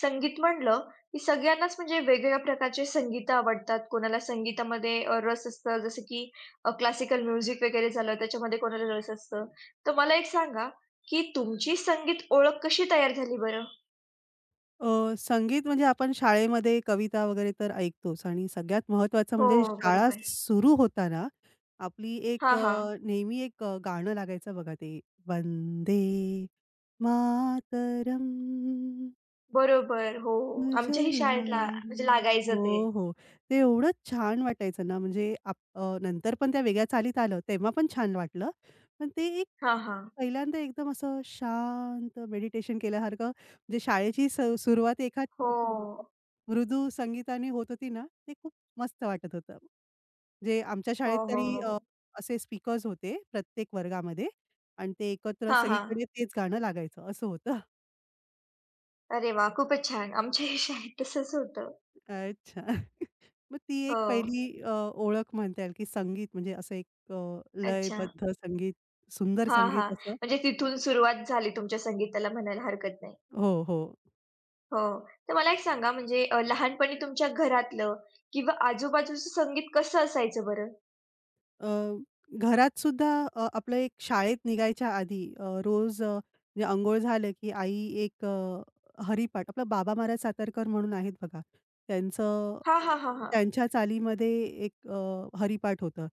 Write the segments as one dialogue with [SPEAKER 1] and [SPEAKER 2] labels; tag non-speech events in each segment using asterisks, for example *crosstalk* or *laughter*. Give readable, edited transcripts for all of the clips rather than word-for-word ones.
[SPEAKER 1] संगीत म्हणलं, की सगळ्यांनाच म्हणजे वेगवेगळ्या प्रकारचे संगीत आवडतात. कोणाला संगीतामध्ये रस असतं, जसं की क्लासिकल म्युझिक वगैरे झालं, त्याच्यामध्ये कोणाला रस असतं. तर मला एक सांगा, की तुमची संगीत ओळख कशी तयार झाली बरं?
[SPEAKER 2] संगीत म्हणजे आपण शाळेमध्ये कविता वगैरे तर ऐकतोच आणि सगळ्यात महत्वाचं
[SPEAKER 1] हो,
[SPEAKER 2] म्हणजे शाळा
[SPEAKER 1] बरोबर.
[SPEAKER 2] सुरू होताना आपली एक
[SPEAKER 1] हां, हा.
[SPEAKER 2] नेहमी एक गाणं लागायचं बघा ते वंदे मातरम
[SPEAKER 1] बरोबर. हो,
[SPEAKER 2] तुझे
[SPEAKER 1] आमच्याही शाळेत ला म्हणजे
[SPEAKER 2] लाल.
[SPEAKER 1] लागायचं ते.
[SPEAKER 2] हो, हो. ते एवढं छान वाटायचं ना, म्हणजे नंतर पण त्या वेगळ्या चालीत आलं, तेव्हा पण छान वाटलं. पण ते एक
[SPEAKER 1] हां, हां.
[SPEAKER 2] पहिल्यांदा एकदम असं शांत मेडिटेशन केल्यासारखं म्हणजे शाळेची सुरुवात एका
[SPEAKER 1] हो.
[SPEAKER 2] मृदू संगीताने होत होती ना, ते खूप मस्त वाटत होतं. जे आमच्या
[SPEAKER 1] हो,
[SPEAKER 2] शाळेत
[SPEAKER 1] हो,
[SPEAKER 2] तरी
[SPEAKER 1] हो.
[SPEAKER 2] असे स्पीकर्स होते प्रत्येक वर्गामध्ये आणि ते एकत्र
[SPEAKER 1] हां, हां.
[SPEAKER 2] सगळीकडे तेच गाणं लागायचं असं होतं.
[SPEAKER 1] अरे वाह! खूपच छान. आमच्याही शाळेत तसंच होतं.
[SPEAKER 2] अच्छा. मग ती एक
[SPEAKER 1] हो.
[SPEAKER 2] पहिली ओळख म्हणता येईल, की संगीत म्हणजे असं एक
[SPEAKER 1] अच्छा.
[SPEAKER 2] लयबद्ध संगीत, सुंदर
[SPEAKER 1] हा हा,
[SPEAKER 2] संगीत असं
[SPEAKER 1] म्हणजे तिथून सुरुवात झाली तुमच्या संगीताला म्हणायला हरकत नाही.
[SPEAKER 2] हो, हो.
[SPEAKER 1] हो. तर मला एक सांगा म्हणजे लहानपणी तुमच्या घरातलं किंवा आजूबाजूचं संगीत कसं असायचं बरं?
[SPEAKER 2] अ, घरात सुद्धा आपलं एक शाळेत निघायच्या आधी रोज म्हणजे अंघोळ झालं, की आई एक हरिपाठ आपला बाबा महाराज सातारकर म्हणून आहेत बघा. त्यांचं
[SPEAKER 1] हां, हां, हां, हां.
[SPEAKER 2] त्यांच्या चालीमध्ये एक हरिपाठ होतं.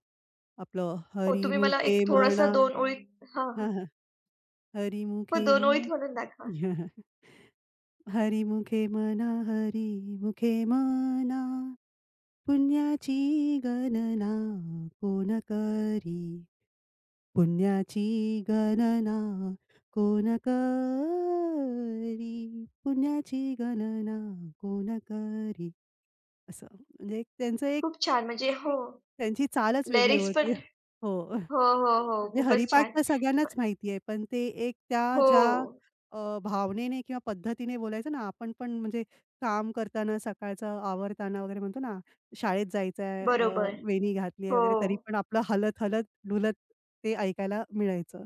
[SPEAKER 2] आपलं
[SPEAKER 1] हो,
[SPEAKER 2] हरी
[SPEAKER 1] तुम्ही मला एक थोडंसं
[SPEAKER 2] म्हणा
[SPEAKER 1] 2 ओळीत. हां, हां.
[SPEAKER 2] हां, हां. हरी
[SPEAKER 1] हो, 2 ओळीत
[SPEAKER 2] म्हणा
[SPEAKER 1] म्हणून दाखवा.
[SPEAKER 2] *laughs* हरिमुखे म्हणा हरिमुखे म्हणा पुण्याची गणना कोण करी पुण्याची गणना कोण करी पुण्याची गणना कोण करी असं म्हणजे एक त्यांचं एक
[SPEAKER 1] खूप छान म्हणजे हो,
[SPEAKER 2] त्यांची चालच वेगळी
[SPEAKER 1] लिरिक्स
[SPEAKER 2] होती.
[SPEAKER 1] पण.
[SPEAKER 2] हो.
[SPEAKER 1] हो,
[SPEAKER 2] म्हणजे
[SPEAKER 1] हो, हो. खूपच
[SPEAKER 2] हरिपाठ
[SPEAKER 1] छान.
[SPEAKER 2] तर सगळ्यांनाच माहिती आहे, पण ते एक त्या
[SPEAKER 1] हो,
[SPEAKER 2] ज्या भावनेने किंवा पद्धतीने बोलायचं ना, आपण पण म्हणजे काम करताना, सकाळचं आवरताना वगैरे म्हणतो ना, शाळेत जायचं आहे,
[SPEAKER 1] बरोबर.
[SPEAKER 2] वेणी घातली आहे
[SPEAKER 1] हो,
[SPEAKER 2] वगैरे, तरी पण आपलं हलत-हलत, ढुलत ते ऐकायला मिळायचं.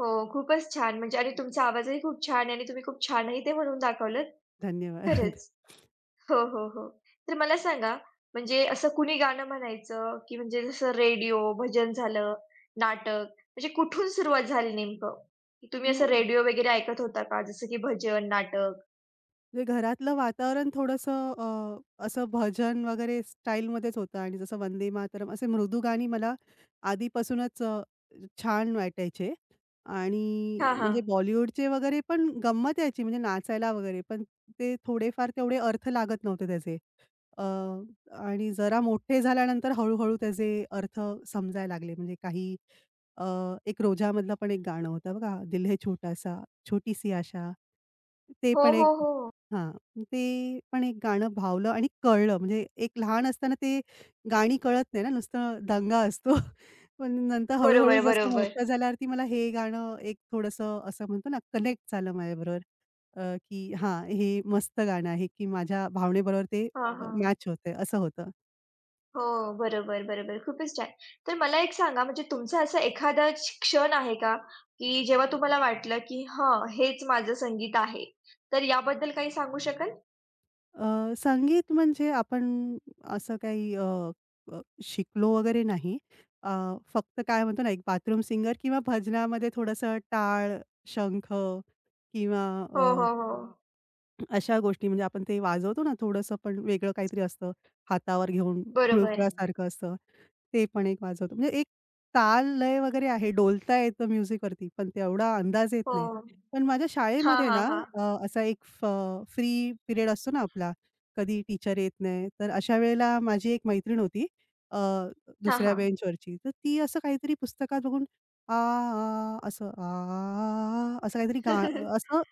[SPEAKER 1] हो. खूपच छान म्हणजे आणि तुमचा आवाजही खूप छान आहे आणि तुम्ही खूप छानही ते म्हणून दाखवलत.
[SPEAKER 2] धन्यवाद. *laughs*
[SPEAKER 1] खरंच. हो, हो, हो. तर मला सांगा, म्हणजे असं कुणी गाणं म्हणायचं, की म्हणजे जसं रेडिओ, भजन झालं, नाटक, म्हणजे कुठून सुरुवात झाली नेमकं? की तुम्ही असं
[SPEAKER 2] मग
[SPEAKER 1] रेडिओ वगैरे ऐकत होता का? जसं की भजन, नाटक?
[SPEAKER 2] म्हणजे घरातलं वातावरण थोडंसं असं भजन वगैरे स्टाईलमध्येच होतं आणि जसं वंदे मातरम असे मृदू गाणी मला आधीपासूनच छान वाटायचे आणि
[SPEAKER 1] हां, हां.
[SPEAKER 2] म्हणजे बॉलिवूडचे वगैरे पण गंमत यायची म्हणजे नाचायला वगैरे, पण ते थोडेफार तेवढे अर्थ लागत नव्हते त्याचे. अ, आणि जरा मोठे झाल्यानंतर हळू-हळू त्याचे अर्थ समजायला लागले. म्हणजे काही अ, एक रोजामधलं पण एक गाणं होतं बघा, दिल है छोटासा, छोटी-सी आशा. ते
[SPEAKER 1] हो,
[SPEAKER 2] पण एक
[SPEAKER 1] हो, हो.
[SPEAKER 2] हां, ते पण एक गाणं भावलं आणि कळलं. म्हणजे एक लहान असताना ते गाणी कळत नाही ना, नुसतं दंगा असतो. *laughs* पण नंतर हळू-हळू
[SPEAKER 1] बरोबर,
[SPEAKER 2] जसं
[SPEAKER 1] बरोबर.
[SPEAKER 2] मोठं झाल्यावरती मला हे गाणं एक थोडंसं असं म्हणतो ना, कनेक्ट झालं माझ्याबरोबर. की हां, हे मस्त गाणं आहे, की माझ्या भावनेबरोबर ते
[SPEAKER 1] हां, हां.
[SPEAKER 2] मॅच होतंय असं होतं.
[SPEAKER 1] हो, बरोबर, बरोबर. खूपच छान. तर मला एक सांगा, म्हणजे तुमचा असा एखादा क्षण आहे का, की जेव्हा तुम्हाला वाटलं, की "हं, हेच माझं संगीत आहे." तर याबद्दल काही सांगू शकाल?
[SPEAKER 2] अ, संगीत म्हणजे आपण असं काही अ, अ, शिकलो वगैरे नाही. अ, फक्त काय म्हणतो ना, एक बाथरूम सिंगर किंवा भजनामध्ये थोडंसं टाळ, शंख किंवा
[SPEAKER 1] हो,
[SPEAKER 2] अ
[SPEAKER 1] हो, हो.
[SPEAKER 2] अशा गोष्टी म्हणजे आपण ते वाजवतो ना थोडंसं पण वेगळं काहीतरी असतं. हातावर घेऊन
[SPEAKER 1] बरोबर.
[SPEAKER 2] खुळखुळासारखं असतं. ते पण एक वाजवतो. म्हणजे एक ताल, लय वगैरे आहे. डोलता येतं म्युझिकवरती, पण तेवढा अंदाज येत
[SPEAKER 1] हो.
[SPEAKER 2] नाही. पण माझ्या
[SPEAKER 1] हां,
[SPEAKER 2] शाळेमध्ये
[SPEAKER 1] हां,
[SPEAKER 2] ना
[SPEAKER 1] हां.
[SPEAKER 2] असा एक फ्री पिरियड असतो ना आपला, कधी टीचर येत नाही. तर अशा वेळेला माझी एक मैत्रीण होती अ,
[SPEAKER 1] हां,
[SPEAKER 2] दुसऱ्या
[SPEAKER 1] हां.
[SPEAKER 2] बेंचवरची. तर ती असं काहीतरी पुस्तकात बघून आ, आ, असं आ, आ, असं काहीतरी
[SPEAKER 1] *laughs* हो, हं.
[SPEAKER 2] असं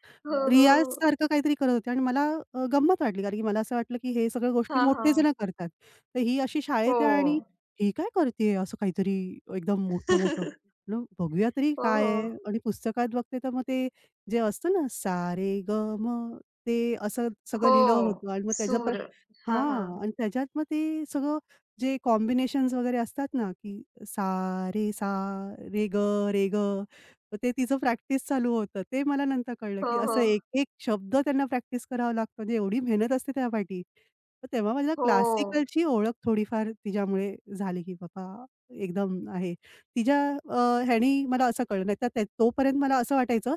[SPEAKER 1] हो.
[SPEAKER 2] रियाजसारखं काहीतरी करत होते आणि मला गंमत वाटली, कारण की मला असं वाटलं, की हे सगळ्या गोष्टी
[SPEAKER 1] हां,
[SPEAKER 2] मोठे
[SPEAKER 1] हां.
[SPEAKER 2] जण करतात. तर ही अशी
[SPEAKER 1] हो.
[SPEAKER 2] शाळेत आहे आणि ही काय करतीये असं काहीतरी एकदम मोठं-मोठं.
[SPEAKER 1] *laughs*
[SPEAKER 2] म्हटलं बघूया तरी
[SPEAKER 1] हो,
[SPEAKER 2] काय
[SPEAKER 1] हो.
[SPEAKER 2] आहे आणि पुस्तकात बघते तर मग ते जे असतं ना, "सा ग म" ते असं सगळं
[SPEAKER 1] हो.
[SPEAKER 2] लिहिलं होतं आणि मग त्याच्या पर
[SPEAKER 1] सूर. हो. हां, हां.
[SPEAKER 2] हां आणि त्याच्यात मग ते सगळं जे कॉम्बिनेशन्स वगैरे असतात ना, की "सा रे सा, रे ग रे ग." तर ते तिचं प्रॅक्टिस चालू होतं. ते मला नंतर कळलं,
[SPEAKER 1] हो,
[SPEAKER 2] की
[SPEAKER 1] हो.
[SPEAKER 2] असं एक-एक शब्द त्यांना प्रॅक्टिस करावा लागतो आणि एवढी मेहनत असते त्यापाठी. तर तेव्हा मला
[SPEAKER 1] हो.
[SPEAKER 2] क्लासिकलची ओळख थोडीफार तिच्यामुळे झाली, की बाबा एकदम आहे. तिच्या अ, ह्यानी मला असं कळलं. नाहीतर त्या तोपर्यंत मला असं वाटायचं,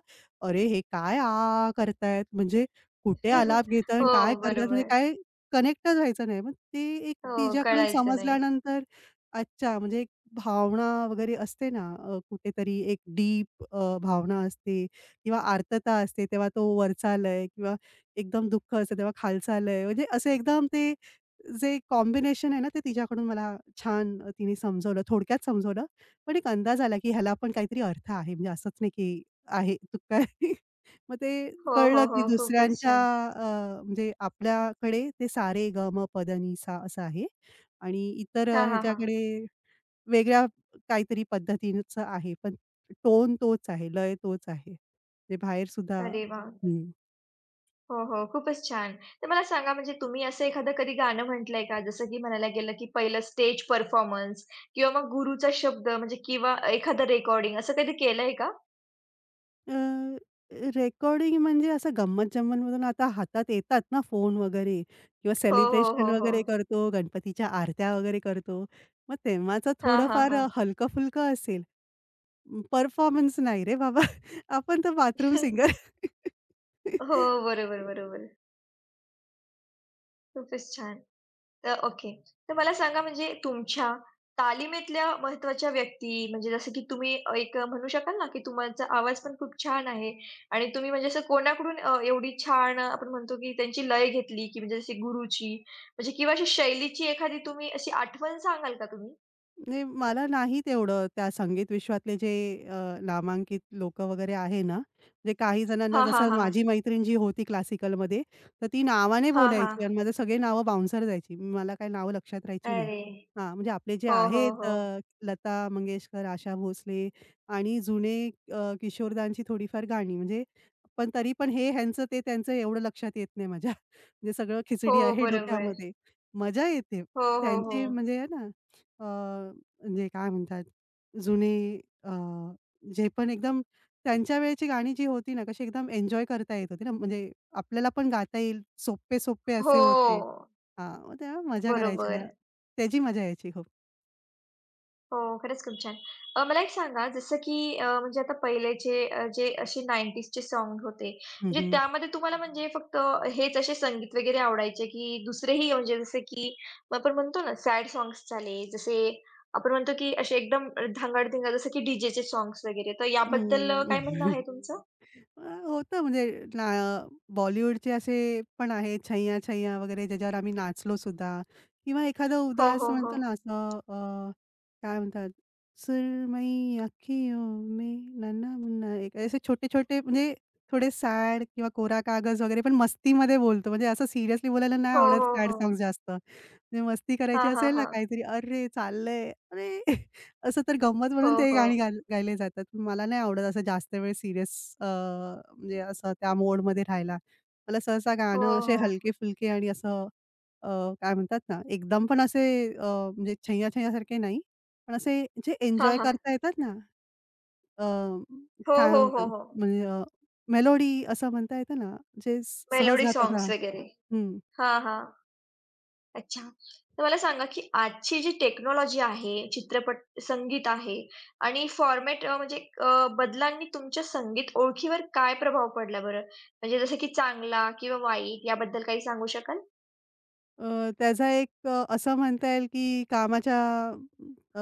[SPEAKER 2] "अरे हे काय आ करतायत? म्हणजे कुठे आलाप
[SPEAKER 1] *laughs*
[SPEAKER 2] घेताय आणि
[SPEAKER 1] हो,
[SPEAKER 2] काय करतायत? म्हणजे
[SPEAKER 1] बरोबर.
[SPEAKER 2] काय कनेक्टच व्हायचं नाही." मग ते एक
[SPEAKER 1] हो,
[SPEAKER 2] तिच्याकडून
[SPEAKER 1] कळायचं नाही.
[SPEAKER 2] समजल्यानंतर अच्छा म्हणजे भावना वगैरे असते ना, कुठेतरी एक डीप भावना असते किंवा आर्तता असते, तेव्हा तो वरचा लय किंवा एकदम दुःख असतं तेव्हा खालचा लय. म्हणजे असं एकदम ते जे कॉम्बिनेशन आहे ना, ते तिच्याकडून मला छान तिने समजवलं. थोडक्यात समजवलं. पण एक अंदाज आला, की ह्याला पण काहीतरी अर्थ आहे. म्हणजे असंच नाही, की आहे तू काय *laughs* मग ते
[SPEAKER 1] हो, हो,
[SPEAKER 2] कळलं,
[SPEAKER 1] हो.
[SPEAKER 2] की
[SPEAKER 1] खूपच
[SPEAKER 2] दुसऱ्यांच्या
[SPEAKER 1] छान.
[SPEAKER 2] अ, म्हणजे आपल्याकडे ते सा, रे, ग, असं आहे आणि इतर
[SPEAKER 1] हां, हां, हां.
[SPEAKER 2] ह्याच्याकडे वेगळ्या काहीतरी पद्धतीचं आहे, पण टोन तोच आहे, लय तोच आहे. म्हणजे बाहेर सुद्धा
[SPEAKER 1] अरे वाह!
[SPEAKER 2] हं.
[SPEAKER 1] हो, हो. खूपच छान. तर मला सांगा म्हणजे तुम्ही असं एखादं कधी गाणं म्हटलंय का? जसं की म्हणायला गेलं की पहिलं स्टेज परफॉर्मन्स किंवा मग गुरूचा शब्द म्हणजे किंवा एखादं रेकॉर्डिंग असं कधी केलंय का?
[SPEAKER 2] अ, रेकॉर्डिंग म्हणजे असं गंमत-जंमतमधून आता हातात येतात ना फोन वगैरे किंवा
[SPEAKER 1] हो, हो,
[SPEAKER 2] सेलिब्रेशन
[SPEAKER 1] हो, हो.
[SPEAKER 2] वगैरे करतो, गणपतीच्या आरत्या वगैरे करतो. मग तेव्हाचं
[SPEAKER 1] हां, हां,
[SPEAKER 2] थोडंफार
[SPEAKER 1] हां.
[SPEAKER 2] हलकं-फुलकं असेल. परफॉर्मन्स नाही रे बाबा, आपण तर बाथरूम
[SPEAKER 1] *laughs*
[SPEAKER 2] सिंगर.
[SPEAKER 1] हो, बरोबर, बरोबर. खूपच छान. तर ओके. तर मला सांगा म्हणजे तुमच्या तालीमेतल्या महत्त्वाच्या व्यक्ती म्हणजे जसं की तुम्ही एक म्हणू शकाल ना, की तुमचा आवाज पण खूप छान आहे आणि तुम्ही म्हणजे असं कोणाकडून एवढी छान आपण म्हणतो की त्यांची लय घेतली, की म्हणजे जशी गुरुची म्हणजे किंवा अशी शैलीची एखादी तुम्ही अशी आठवण सांगाल का तुम्ही?
[SPEAKER 2] नाही, मला नाही तेवढं त्या संगीत विश्वातले जे नामांकित लोकं वगैरे आहे ना, म्हणजे काही जणांना
[SPEAKER 1] हां, हां,
[SPEAKER 2] जसं
[SPEAKER 1] हां.
[SPEAKER 2] माझी मैत्रीण जी होती क्लासिकलमध्ये, तर ती नावाने
[SPEAKER 1] हां,
[SPEAKER 2] बोलायची आणि
[SPEAKER 1] हां.
[SPEAKER 2] माझे सगळे नावं बाउन्सर जायची. मला काही नावं लक्षात राहायची नाही.
[SPEAKER 1] अरे!
[SPEAKER 2] हां, म्हणजे आपले जे
[SPEAKER 1] हो, हो,
[SPEAKER 2] आहेत
[SPEAKER 1] हो.
[SPEAKER 2] लता मंगेशकर, आशा भोसले आणि जुने किशोरदांची थोडीफार गाणी म्हणजे पण तरी पण हे ह्यांचं ते त्यांचं एवढं लक्षात येत नाही माझ्या. म्हणजे सगळं खिचडी
[SPEAKER 1] हो,
[SPEAKER 2] आहे
[SPEAKER 1] बरोबर.
[SPEAKER 2] डोक्यामध्ये. मजा येते
[SPEAKER 1] हो, हो, हो.
[SPEAKER 2] त्यांची म्हणजे आहे ना अ, म्हणजे काय म्हणतात जुने अ, जे पण एकदम त्यांच्या वेळची गाणी जी होती ना, कशी एकदम एन्जॉय करता येत होती ना, म्हणजे आपल्याला पण गाता येईल सोप्पे-सोप्पे असे होते.
[SPEAKER 1] हो.
[SPEAKER 2] हां, मग तेव्हा मजा करायची ना,
[SPEAKER 1] बरोबर.
[SPEAKER 2] त्याची मजा यायची खूप.
[SPEAKER 1] हो, खरंच खूप छान. मला एक सांगा जसं की म्हणजे आता पहिलेचे जे असे 90sचे सॉन्ग होते,
[SPEAKER 2] हं,
[SPEAKER 1] म्हणजे
[SPEAKER 2] हं.
[SPEAKER 1] त्यामध्ये तुम्हाला म्हणजे फक्त हेच असे संगीत वगैरे आवडायचे की दुसरेही म्हणजे जसे की आपण म्हणतो ना सॅड सॉन्ग्स झाले, जसे आपण म्हणतो की असे एकदम धांगड जसं की डीजेचे सॉन्ग्स वगैरे, तर याबद्दल काय म्हणणं
[SPEAKER 2] हं.
[SPEAKER 1] आहे तुमचं?
[SPEAKER 2] अ, होतं म्हणजे ना बॉलिवूडचे असे पण आहेत, छैय्या छैय्या वगैरे ज्याच्यावर आम्ही नाचलो सुद्धा किंवा एखादं
[SPEAKER 1] हो,
[SPEAKER 2] उदास
[SPEAKER 1] हो, हो.
[SPEAKER 2] म्हणतो ना असं काय म्हणतात, सुरमयी अखियों में नन्हा मुन्ना एक असे छोटे-छोटे म्हणजे थोडे सॅड किंवा कोरा कागज वगैरे पण मस्तीमध्ये बोलतो. म्हणजे असं सिरियसली बोलायला नाही
[SPEAKER 1] हो,
[SPEAKER 2] आवडत
[SPEAKER 1] हो,
[SPEAKER 2] सॅड
[SPEAKER 1] हो.
[SPEAKER 2] सॉन्ग्स जास्त. म्हणजे मस्ती करायची
[SPEAKER 1] हां, हां,
[SPEAKER 2] असेल ना
[SPEAKER 1] हां.
[SPEAKER 2] काहीतरी, "अरे चाललंय, अरे!" असं तर गंमत
[SPEAKER 1] हो,
[SPEAKER 2] म्हणून ते
[SPEAKER 1] हो.
[SPEAKER 2] गाणी गायले जातात. पण मला नाही आवडत असं जास्त वेळ सीरियस म्हणजे असं त्या मोडमध्ये राहायला. मला सहसा
[SPEAKER 1] हो,
[SPEAKER 2] गाणं असे
[SPEAKER 1] हो.
[SPEAKER 2] हलके-फुलके आणि असं अ, काय म्हणतात ना, एकदम पण असे अ, म्हणजे छैया-छैयासारखे नाही. पण असे जे
[SPEAKER 1] हां,
[SPEAKER 2] एन्जॉय
[SPEAKER 1] हां.
[SPEAKER 2] करता येतात ना, अ,
[SPEAKER 1] हो,
[SPEAKER 2] काय
[SPEAKER 1] हो, हो,
[SPEAKER 2] म्हणतात
[SPEAKER 1] हो.
[SPEAKER 2] म्हणजे मेलोडी असं म्हणता येतं ना, जे सहज
[SPEAKER 1] मेलोडी
[SPEAKER 2] गातात
[SPEAKER 1] सॉन्ग्स
[SPEAKER 2] हां.
[SPEAKER 1] वगैरे. हां, हां. अच्छा. तर मला सांगा, की आजची जी टेक्नॉलॉजी आहे, चित्रपट, संगीत आहे आणि फॉर्मॅट म्हणजे बदलांनी तुमच्या संगीत ओळखीवर काय प्रभाव पडला बरं? म्हणजे जसं की चांगला किंवा वाईट याबद्दल काही सांगू शकाल?
[SPEAKER 2] त्याचा एक असं म्हणता येईल की कामाच्या अ,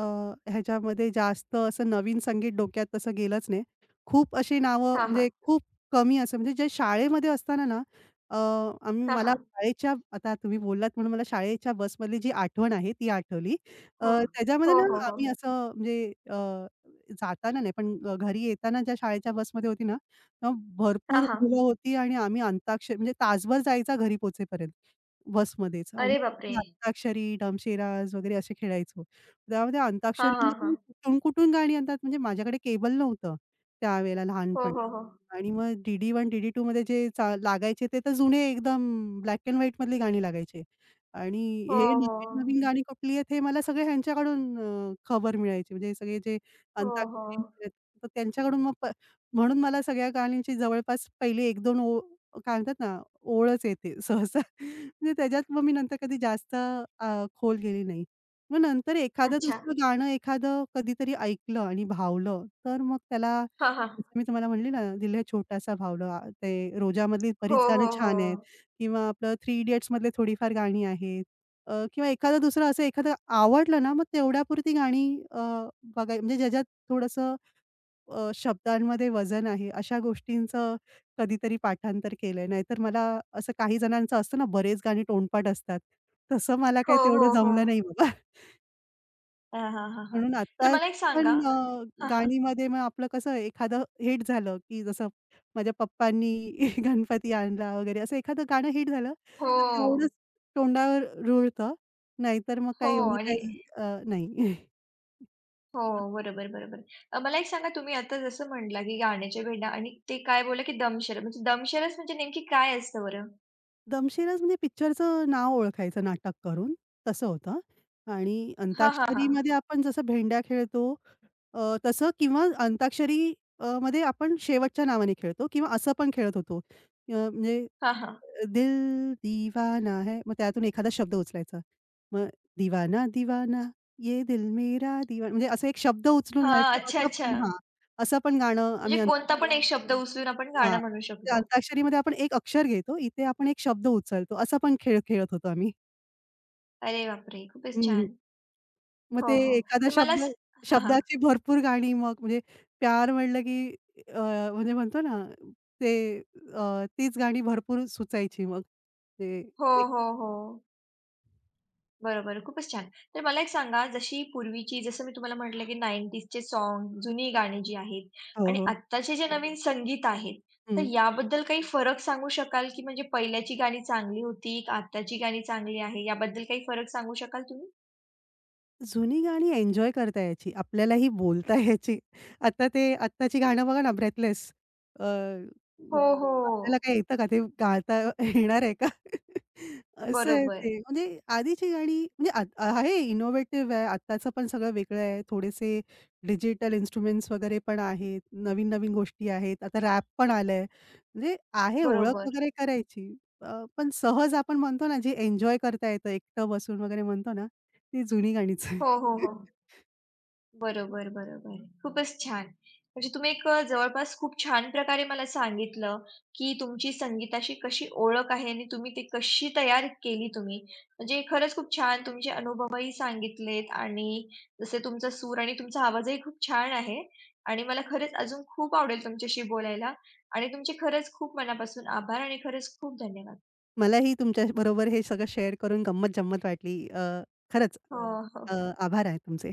[SPEAKER 2] ह्याच्यामध्ये जास्त असं नवीन संगीत डोक्यात तसं गेलंच नाही. खूप अशी नावं
[SPEAKER 1] हां,
[SPEAKER 2] म्हणजे
[SPEAKER 1] हां.
[SPEAKER 2] खूप कमी असं म्हणजे जे शाळेमध्ये असताना ना अ,
[SPEAKER 1] हां,
[SPEAKER 2] मला
[SPEAKER 1] हां.
[SPEAKER 2] शाळेच्या आता तुम्ही बोललात म्हणून मला शाळेच्या बसमधली जी आठवण आहे ती आठवली.
[SPEAKER 1] हो.
[SPEAKER 2] त्याच्यामध्ये
[SPEAKER 1] हो,
[SPEAKER 2] ना हो.
[SPEAKER 1] हो, हो.
[SPEAKER 2] आम्ही असं म्हणजे जाताना नाही पण घरी येताना ज्या शाळेच्या बसमध्ये होती ना, तेव्हा
[SPEAKER 1] हां,
[SPEAKER 2] भरपूर
[SPEAKER 1] हां.
[SPEAKER 2] मुलं होती आणि आम्ही अंताक्षरी म्हणजे तासभर जायचा घरी पोहोचेपर्यंत. बसमध्येच आणि
[SPEAKER 1] अरे बापरे!
[SPEAKER 2] आम्ही अंताक्षरी, डमशेराज वगैरे असे खेळायचो. त्यामध्ये
[SPEAKER 1] हां, हां,
[SPEAKER 2] अंताक्षरीमध्ये
[SPEAKER 1] हां.
[SPEAKER 2] कुठून-कुठून गाणी आणतात म्हणजे माझ्याकडे केबल नव्हतं त्यावेळेला
[SPEAKER 1] हो,
[SPEAKER 2] लहानपणी
[SPEAKER 1] हो, हो.
[SPEAKER 2] आणि मग DD1 डी-डी 2 मध्ये जे चा लागायचे ते तर जुने एकदम ब्लॅक एंड व्हाईट मधली गाणी लागायचे आणि
[SPEAKER 1] हो,
[SPEAKER 2] हे
[SPEAKER 1] हो.
[SPEAKER 2] नवीन-नवीन गाणी कुठली आहेत हे मला सगळे ह्यांच्याकडून खबर मिळायची म्हणजे सगळे जे
[SPEAKER 1] हो,
[SPEAKER 2] अंताक्षरी
[SPEAKER 1] हो.
[SPEAKER 2] खेळत तर त्यांच्याकडून मग म्हणून मला सगळ्या गाण्यांची जवळपास पहिली एक दोन ओळ काय म्हणतात ना, ओळच येते सहसा. म्हणजे त्याच्यात मग मी नंतर कधी जास्त खोल गेली नाही. मग नंतर एखादं
[SPEAKER 1] अच्छा.
[SPEAKER 2] दुसरं गाणं एखादं कधीतरी ऐकलं आणि भावलं, तर मग त्याला
[SPEAKER 1] हां, हां.
[SPEAKER 2] जसं मी तुम्हाला म्हणली ना, दिल है छोटासा भावलं आ, ते रोजामधली
[SPEAKER 1] हो,
[SPEAKER 2] बरीच गाणी
[SPEAKER 1] हो, हो.
[SPEAKER 2] छान आहेत किंवा आपलं थ्री इडियट्समधले थोडीफार गाणी आहेत किंवा एखादं दुसरं असं एखादं आवडलं ना, मग तेवढ्यापुरती गाणी अ, बघाय म्हणजे ज्याच्यात थोडंसं शब्दांमध्ये वजन आहे, अशा गोष्टींचं कधीतरी पाठांतर केलंय. नाहीतर मला असं काही जणांचं असतं ना, बरेच गाणी तोंडपाठ असतात. तसं मला
[SPEAKER 1] हो,
[SPEAKER 2] काही तेवढं
[SPEAKER 1] हो, हो.
[SPEAKER 2] जमलं नाही बाबा. *laughs*
[SPEAKER 1] हां, हां, हां, हां.
[SPEAKER 2] म्हणून
[SPEAKER 1] तर मला एक
[SPEAKER 2] आत्ताची पण
[SPEAKER 1] सांगा. हां, हां.
[SPEAKER 2] गाणीमध्ये मग आपलं कसं एखादं हिट झालं, की जसं माझ्या पप्पांनी *laughs* गणपती आणला वगैरे असं एखादं गाणं हिट झालं,
[SPEAKER 1] हो.
[SPEAKER 2] तर तेवढंच तोंडावर रुळतं. नाहीतर मग
[SPEAKER 1] हो
[SPEAKER 2] काही एवढं
[SPEAKER 1] आणि
[SPEAKER 2] काही नाही.
[SPEAKER 1] हो,
[SPEAKER 2] *laughs*
[SPEAKER 1] बरोबर, बरोबर. मला एक सांगा तुम्ही आता जसं म्हटला, की गाण्याच्या भेंडा आणि ते काय बोलला, की दमशरास म्हणजे दमशरास म्हणजे नेमकी काय असतं बरं?
[SPEAKER 2] दमशेराज म्हणजे पिक्चरचं नाव ओळखायचं नाटक करून, तसं होतं. आणि
[SPEAKER 1] हां, हां, हां.
[SPEAKER 2] अंताक्षरीमध्ये आपण जसं भेंड्या खेळतो तसं किंवा अंताक्षरी मध्ये आपण शेवटच्या नावाने खेळतो किंवा असं पण खेळत होतो. म्हणजे
[SPEAKER 1] हां, हां.
[SPEAKER 2] दिल दीवाना है, मग त्यातून एखादा शब्द उचलायचा. मग दीवाना दीवाना ये दिल मेरा दीवाना म्हणजे असा एक शब्द उचलून
[SPEAKER 1] हां,
[SPEAKER 2] गायचो
[SPEAKER 1] अच्छा,
[SPEAKER 2] असं
[SPEAKER 1] अच्छा.
[SPEAKER 2] पण हां, असं पण गाणं
[SPEAKER 1] म्हणजे
[SPEAKER 2] आम्ही
[SPEAKER 1] कोणता पण एक शब्द उचलून आपण
[SPEAKER 2] हां.
[SPEAKER 1] गाणं म्हणू
[SPEAKER 2] त्या
[SPEAKER 1] शकतो.
[SPEAKER 2] अंताक्षरीमध्ये आपण एक अक्षर घेतो, इथे आपण एक शब्द उचलतो, असा पण खेळ खेळत होतो आम्ही.
[SPEAKER 1] अरे बापरे! खूपच
[SPEAKER 2] हं, हं.
[SPEAKER 1] छान.
[SPEAKER 2] मग
[SPEAKER 1] हो,
[SPEAKER 2] ते
[SPEAKER 1] हो.
[SPEAKER 2] एखादा
[SPEAKER 1] तर मला
[SPEAKER 2] शब्द
[SPEAKER 1] स. हां, हां.
[SPEAKER 2] शब्दाची भरपूर गाणी मग म्हणजे प्यार म्हटलं की अ, म्हणजे म्हणतो ना ते तीच गाणी भरपूर सुचायची मग. ते
[SPEAKER 1] हो,
[SPEAKER 2] एक
[SPEAKER 1] हो, हो. बरोबर, खूपच छान. तर मला एक सांगा जशी पूर्वीची जसं मी तुम्हाला म्हटलं, की नाइंटीज चे सॉन्ग, जुनी गाणी जी आहेत
[SPEAKER 2] हो,
[SPEAKER 1] आणि
[SPEAKER 2] हो.
[SPEAKER 1] आत्ताचे जे नवीन संगीत आहेत, तर
[SPEAKER 2] हं.
[SPEAKER 1] याबद्दल काही फरक सांगू शकाल, की म्हणजे पहिल्याची गाणी चांगली होती, का आत्ताची गाणी चांगली आहे? याबद्दल काही फरक सांगू शकाल तुम्ही?
[SPEAKER 2] जुनी गाणी एन्जॉय करता यायची. आपल्यालाही बोलता यायची. आता ते आत्ताची गाणं बघा ना, ब्रेथलेस. अ,
[SPEAKER 1] हो, हो.
[SPEAKER 2] आपल्याला काय येतं का? ते गाता येणार आहे का? *laughs* असं आहे
[SPEAKER 1] बरोबर,
[SPEAKER 2] ते. म्हणजे आधीची गाणी म्हणजे आ आहे इनोव्हेटिव्ह आहे. आत्ताचं पण सगळं वेगळं आहे. थोडेसे डिजिटल इन्स्ट्रुमेंट्स वगैरे पण आहेत. नवीन-नवीन गोष्टी आहेत. आता रॅप पण आलंय. म्हणजे आहे ओळख
[SPEAKER 1] बरोबर.
[SPEAKER 2] वगैरे करायची. अ, पण सहज आपण म्हणतो ना, जे एन्जॉय करता येतं एकटं बसून वगैरे म्हणतो ना, ती जुनी गाणीच आहेत.
[SPEAKER 1] हो, हो, हो.
[SPEAKER 2] *laughs*
[SPEAKER 1] बरोबर, बरोबर. खूपच छान. म्हणजे तुम्ही एक जवळपास खूप छान प्रकारे मला सांगितलं, की तुमची संगीताशी कशी ओळख आहे आणि तुम्ही ती कशी तयार केली तुम्ही. म्हणजे खरंच खूप छान तुमचे अनुभवही सांगितलेत आणि जसे तुमचा सूर आणि तुमचा आवाजही खूप छान आहे आणि मला खरंच अजून खूप आवडेल तुमच्याशी बोलायला आणि तुमचे खरंच खूप मनापासून आभार आणि खरंच खूप धन्यवाद.
[SPEAKER 2] मलाही तुमच्या बरोबर हे सगळं शेअर करून गंमत जम्मत वाटली. खरंच
[SPEAKER 1] हो. हो,
[SPEAKER 2] अ,
[SPEAKER 1] हो.
[SPEAKER 2] आभार आहे तुमचे.